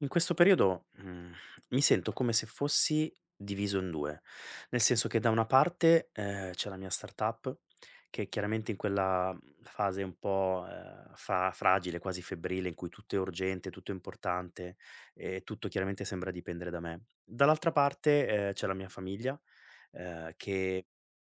In questo periodo, mi sento come se fossi diviso in 2, nel senso che da una parte, c'è la mia startup che chiaramente in quella, fase un po', fragile, quasi febbrile, in cui tutto è urgente, tutto è importante e tutto chiaramente sembra dipendere da me. Dall'altra parte, c'è la mia famiglia, che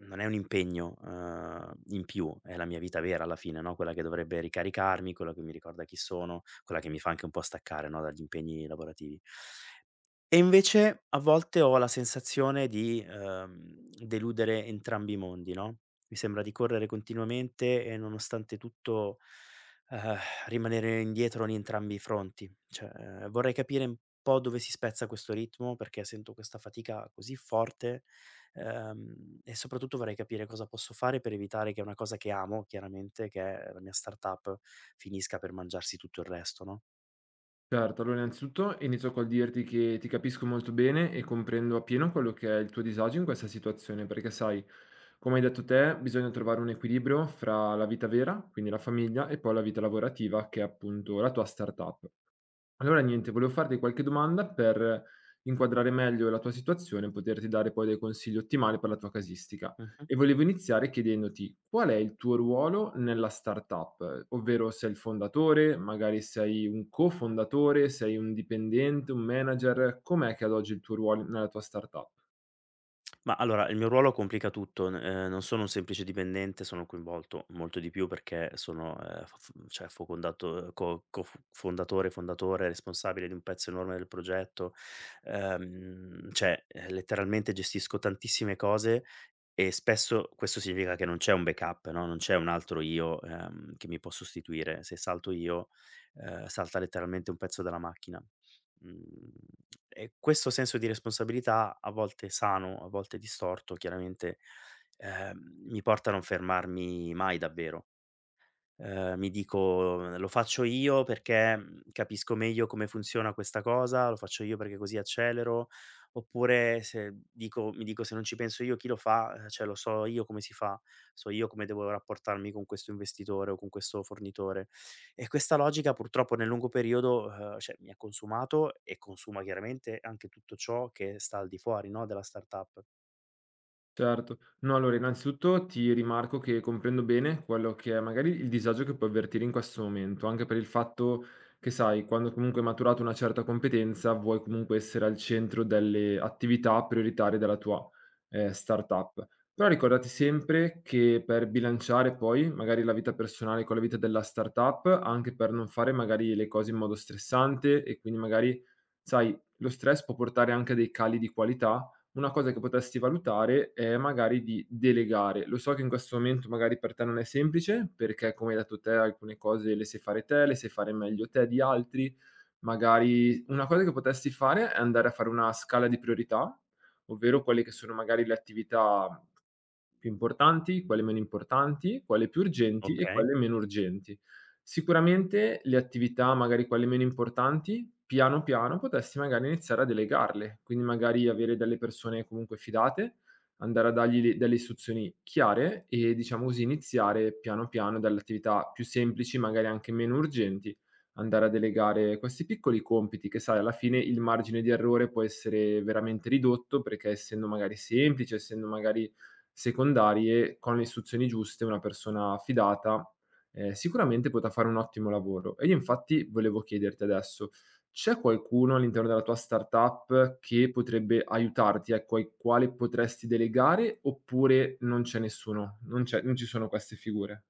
non è un impegno, in più, è la mia vita vera alla fine, no, quella che dovrebbe ricaricarmi, quella che mi ricorda chi sono, quella che mi fa anche un po' staccare, no, dagli impegni lavorativi. E invece a volte ho la sensazione di, deludere entrambi i mondi, no, mi sembra di correre continuamente e nonostante tutto, ehm, rimanere indietro in entrambi i fronti. Cioè, vorrei capire un po' dove si spezza questo ritmo, perché sento questa fatica così forte, e soprattutto vorrei capire cosa posso fare per evitare che una cosa che amo chiaramente, che è la mia startup, finisca per mangiarsi tutto il resto, no? Certo, allora innanzitutto inizio col dirti che ti capisco molto bene e comprendo appieno quello che è il tuo disagio in questa situazione, perché sai, come hai detto te, bisogna trovare un equilibrio fra la vita vera, quindi la famiglia, e poi la vita lavorativa, che è appunto la tua startup. Allora niente, volevo farti qualche domanda per inquadrare meglio la tua situazione e poterti dare poi dei consigli ottimali per la tua casistica. Mh-mh. E volevo iniziare chiedendoti qual è il tuo ruolo nella startup, ovvero sei il fondatore, magari sei un cofondatore, sei un dipendente, un manager, com'è che ad oggi il tuo ruolo nella tua startup? Ma allora, il mio ruolo complica tutto, n non sono un semplice dipendente, sono coinvolto molto di più perché sono, f f cioè focondato fondatore, responsabile di un pezzo enorme del progetto, cioè, letteralmente gestisco tantissime cose e spesso questo significa che non c'è un backup, no, non c'è un altro io, che mi può sostituire. Se salto io, salta letteralmente un pezzo della macchina. Mhmm, e questo senso di responsabilità, a volte sano, a volte distorto chiaramente, ehm, mi porta a non fermarmi mai davvero. Mi dico: "Lo faccio io perché, capisco meglio come funziona questa cosa, lo faccio io perché così accelero", oppure se dico mi dico: "Se non ci penso io chi lo fa? Cioè lo so io come si fa, so io come devo rapportarmi con questo investitore o con questo fornitore". E questa logica purtroppo nel lungo periodo, cioè mi ha consumato e consuma chiaramente anche tutto ciò che sta al di fuori, no, della startup. Certo. No, allora innanzitutto ti rimarco che comprendo bene quello che è magari il disagio che puoi avvertire in questo momento, anche per il fatto che, sai, quando comunque hai maturato una certa competenza, vuoi comunque essere al centro delle attività prioritarie della tua, startup. Però ricordati sempre che per bilanciare poi magari la vita personale con la vita della startup, anche per non fare magari le cose in modo stressante e quindi magari, sai, lo stress può portare anche a dei cali di qualità una cosa che potresti valutare è magari di delegare. Lo so che in questo momento magari per te non è semplice, perché come hai detto te alcune cose le sai fare te, le sai fare meglio te di altri. Magari una cosa che potresti fare è andare a fare una scala di priorità, ovvero quelle che sono magari le attività più importanti, quelle meno importanti, quelle più urgenti e Okay. quelle meno urgenti. Sicuramente le attività, magari quelle meno importanti, piano piano potresti magari iniziare a delegarle, quindi magari avere delle persone comunque fidate, andare a dargli delle istruzioni chiare e diciamo così iniziare piano piano dalle attività più semplici, magari anche meno urgenti, andare a delegare questi piccoli compiti che sai alla fine il margine di errore può essere veramente ridotto perché essendo magari semplice, essendo magari secondarie, con le istruzioni giuste, una persona fidata, sicuramente potrà fare un ottimo lavoro. E io infatti volevo chiederti adesso: c'è qualcuno all'interno della tua startup che potrebbe aiutarti, ecco, ai quale potresti delegare, oppure non c'è nessuno? Non ci sono queste figure?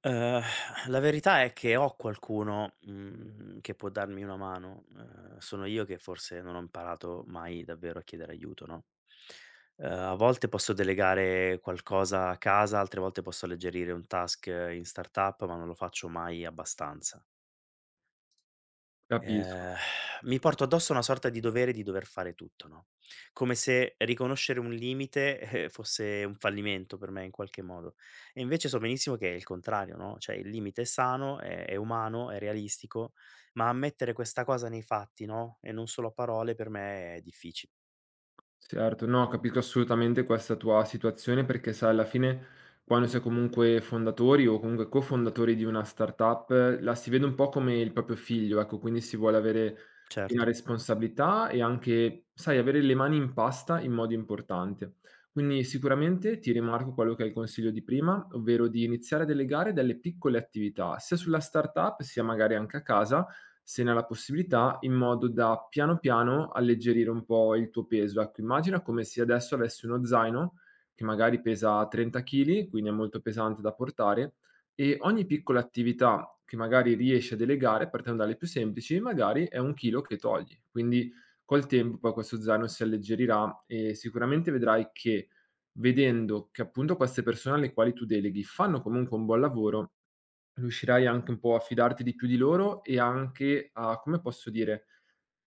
Uhm, la verità è che ho qualcuno, che può darmi una mano, sono io che forse non ho imparato mai davvero a chiedere aiuto, no, a volte posso delegare qualcosa a casa, altre volte posso alleggerire un task in startup, ma non lo faccio mai abbastanza. Capisco. Ehm, Mi porto addosso una sorta di dovere di dover fare tutto, no, come se riconoscere un limite, fosse un fallimento per me in qualche modo. E invece so benissimo che è il contrario, no, cioè il limite è sano, è umano, è realistico, ma ammettere questa cosa nei fatti, no, e non solo a parole per me è difficile. Certo, no, capisco assolutamente questa tua situazione perché sai, alla fine quando sei comunque fondatori o comunque cofondatori di una startup, la si vede un po' come il proprio figlio, ecco, quindi si vuole avere piena Certo. responsabilità e anche, sai, avere le mani in pasta in modo importante. Quindi sicuramente ti rimarco quello che è il consiglio di prima, ovvero di iniziare a delegare delle piccole attività, sia sulla startup, sia magari anche a casa, se ne ha la possibilità, in modo da piano piano alleggerire un po' il tuo peso. Ecco, immagina come se adesso avessi uno zaino che magari pesa 30 kg, quindi è molto pesante da portare, e ogni piccola attività che magari riesci a delegare, partendo dalle più semplici, magari è un chilo che togli. Quindi col tempo poi questo zaino si alleggerirà e sicuramente vedrai che vedendo che appunto queste persone alle quali tu deleghi fanno comunque un buon lavoro, riuscirai anche un po' a fidarti di più di loro e anche a come posso dire,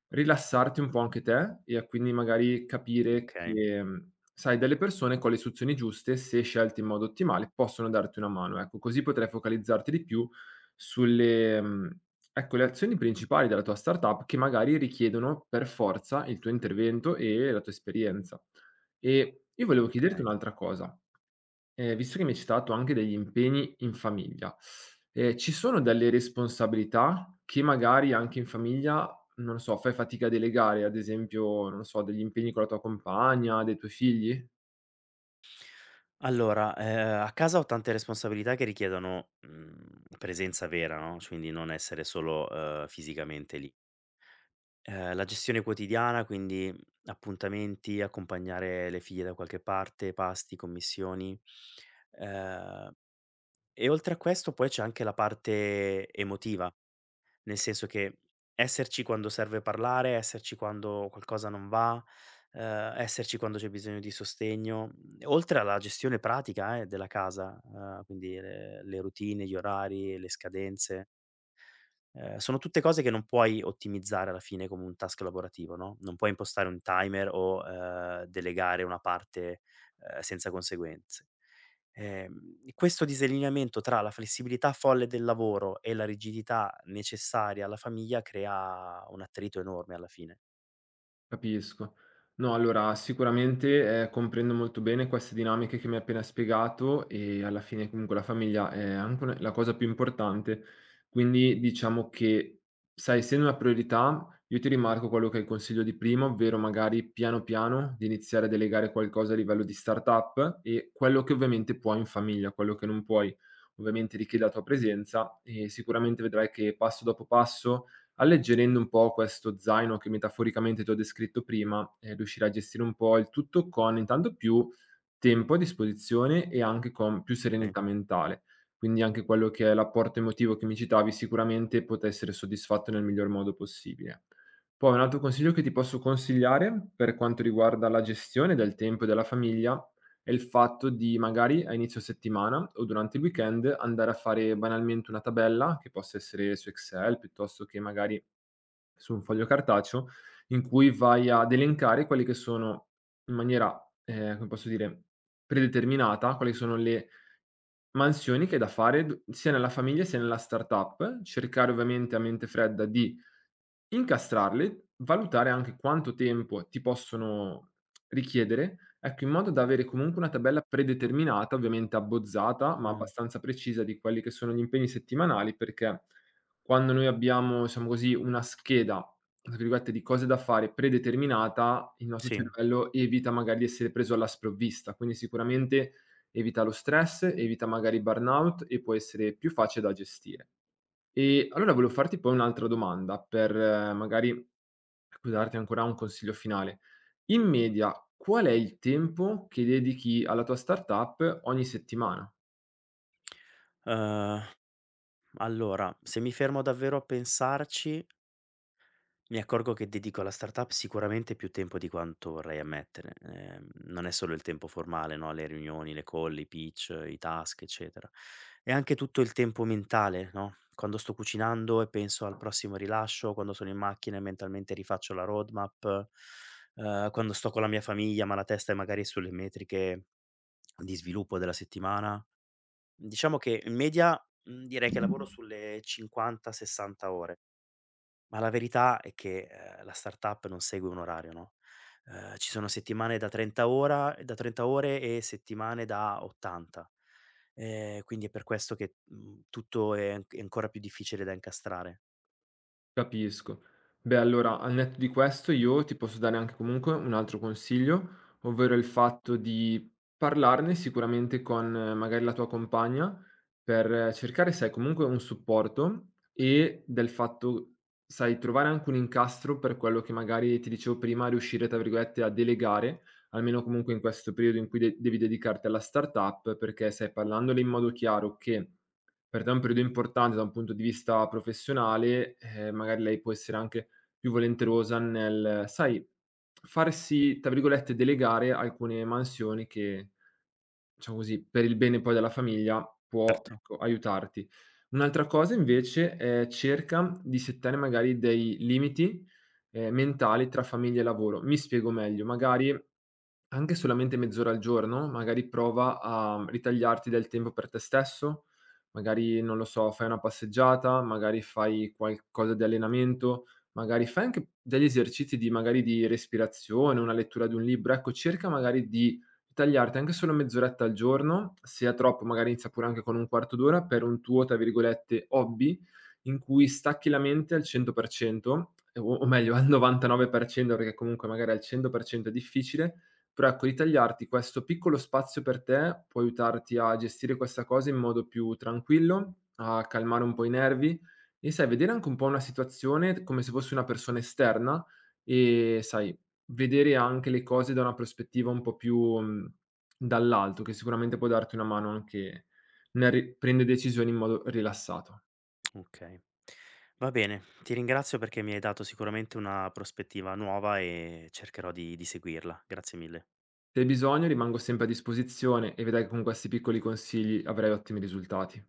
rilassarti un po' anche te e a quindi magari capire Okay, che, sai delle persone con le istruzioni giuste, se scelte in modo ottimale, possono darti una mano, ecco. Così potrai focalizzarti di più sulle ecco, le azioni principali della tua startup che magari richiedono per forza il tuo intervento e la tua esperienza. E io volevo chiederti okay. un'altra cosa. Visto che mi hai citato anche degli impegni in famiglia, ci sono delle responsabilità che magari anche in famiglia, non lo so, fai fatica a delegare, ad esempio, non lo so, degli impegni con la tua compagna, dei tuoi figli? Allora, a casa ho tante responsabilità che richiedono, presenza vera, no, quindi non essere solo, fisicamente lì. La gestione quotidiana, quindi, appuntamenti, accompagnare le figlie da qualche parte, pasti, commissioni, ehm, e oltre a questo poi c'è anche la parte emotiva, nel senso che esserci quando serve parlare, esserci quando qualcosa non va, esserci quando c'è bisogno di sostegno, oltre alla gestione pratica, della casa, quindi le routine, gli orari, le scadenze. Sono tutte cose che non puoi ottimizzare alla fine come un task lavorativo, no, non puoi impostare un timer o, delegare una parte, senza conseguenze. Questo disallineamento tra la flessibilità folle del lavoro e la rigidità necessaria alla famiglia crea un attrito enorme alla fine. Capisco. No, allora sicuramente, comprendo molto bene queste dinamiche che mi hai appena spiegato e alla fine comunque la famiglia è anche una la cosa più importante. Quindi diciamo che, sai, essendo una priorità, io ti rimarco quello che è il consiglio di prima, ovvero magari piano piano di iniziare a delegare qualcosa a livello di startup e quello che ovviamente puoi in famiglia, quello che non puoi ovviamente richiede la tua presenza e sicuramente vedrai che passo dopo passo alleggerendo un po' questo zaino che metaforicamente ti ho descritto prima, riuscirai a gestire un po' il tutto con intanto più tempo a disposizione e anche con più serenità mentale. Quindi anche quello che è l'apporto emotivo che mi citavi sicuramente potrà essere soddisfatto nel miglior modo possibile. Poi un altro consiglio che ti posso consigliare, per quanto riguarda la gestione del tempo e della famiglia, è il fatto di magari a inizio settimana o durante il weekend andare a fare banalmente una tabella, che possa essere su Excel piuttosto che magari su un foglio cartaceo, in cui vai ad elencare quelli che sono in maniera, come posso dire, predeterminata, quali sono le mansioni che è da fare d sia nella famiglia sia nella startup, cercare ovviamente a mente fredda di incastrarli, valutare anche quanto tempo ti possono richiedere, ecco, in modo da avere comunque una tabella predeterminata, ovviamente abbozzata, ma Mh, abbastanza precisa di quelli che sono gli impegni settimanali, perché quando noi abbiamo, diciamo così, una scheda, tra virgolette, di cose da fare predeterminata, il nostro sì. cervello evita magari di essere preso alla sprovvista, quindi sicuramente evita lo stress, evita magari burnout e può essere più facile da gestire. E allora volevo farti poi un'altra domanda per magari darti ancora un consiglio finale. In media, qual è il tempo che dedichi alla tua startup ogni settimana? Ehm, allora, se mi fermo davvero a pensarci, mi accorgo che dedico alla startup sicuramente più tempo di quanto vorrei ammettere. Non è solo il tempo formale, no? Le riunioni, le call, i pitch, i task, eccetera. È anche tutto il tempo mentale, no? Quando sto cucinando e penso al prossimo rilascio, quando sono in macchina e mentalmente rifaccio la roadmap, quando sto con la mia famiglia, ma la testa è magari sulle metriche di sviluppo della settimana. Diciamo che in media direi che lavoro sulle 50-60 ore. Ma la verità è che, la startup non segue un orario, no, ci sono settimane da 30 ore e settimane da 80. Quindi è per questo che, tutto è ancora più difficile da incastrare. Capisco. Beh, allora, al netto di questo io ti posso dare anche comunque un altro consiglio, ovvero il fatto di parlarne sicuramente con magari la tua compagna per cercare, sai, comunque un supporto e del fatto, sai, trovare anche un incastro per quello che magari ti dicevo prima, riuscire, tra virgolette, a delegare, almeno comunque in questo periodo in cui devi dedicarti alla startup, perché stai parlandole in modo chiaro che per te è un periodo importante da un punto di vista professionale, magari lei può essere anche più volenterosa nel, sai, farsi, tra virgolette, "delegare" alcune mansioni che, diciamo così, per il bene poi della famiglia può, Certo. ecco, aiutarti. Un'altra cosa invece è cerca di settare magari dei limiti, mentali tra famiglia e lavoro. Mi spiego meglio: magari anche solamente mezz'ora al giorno, magari prova a ritagliarti del tempo per te stesso, magari non lo so, fai una passeggiata, magari fai qualcosa di allenamento, magari fai anche degli esercizi di magari di respirazione, una lettura di un libro, ecco cerca magari di ritagliarti anche solo mezz'oretta al giorno, se è troppo magari inizia pure anche con un quarto d'ora per un tuo, tra virgolette, "hobby" in cui stacchi la mente al 100% o meglio al 99% perché comunque magari al 100% è difficile, però ecco, ritagliarti questo piccolo spazio per te può aiutarti a gestire questa cosa in modo più tranquillo, a calmare un po' i nervi e sai, vedere anche un po' una situazione come se fossi una persona esterna e sai, vedere anche le cose da una prospettiva un po' più dall'alto, che sicuramente può darti una mano anche nel prendere decisioni in modo rilassato. Okay. Va bene, ti ringrazio perché mi hai dato sicuramente una prospettiva nuova e cercherò di seguirla. Grazie mille. Se hai bisogno, rimango sempre a disposizione e vedrai che con questi piccoli consigli avrai ottimi risultati.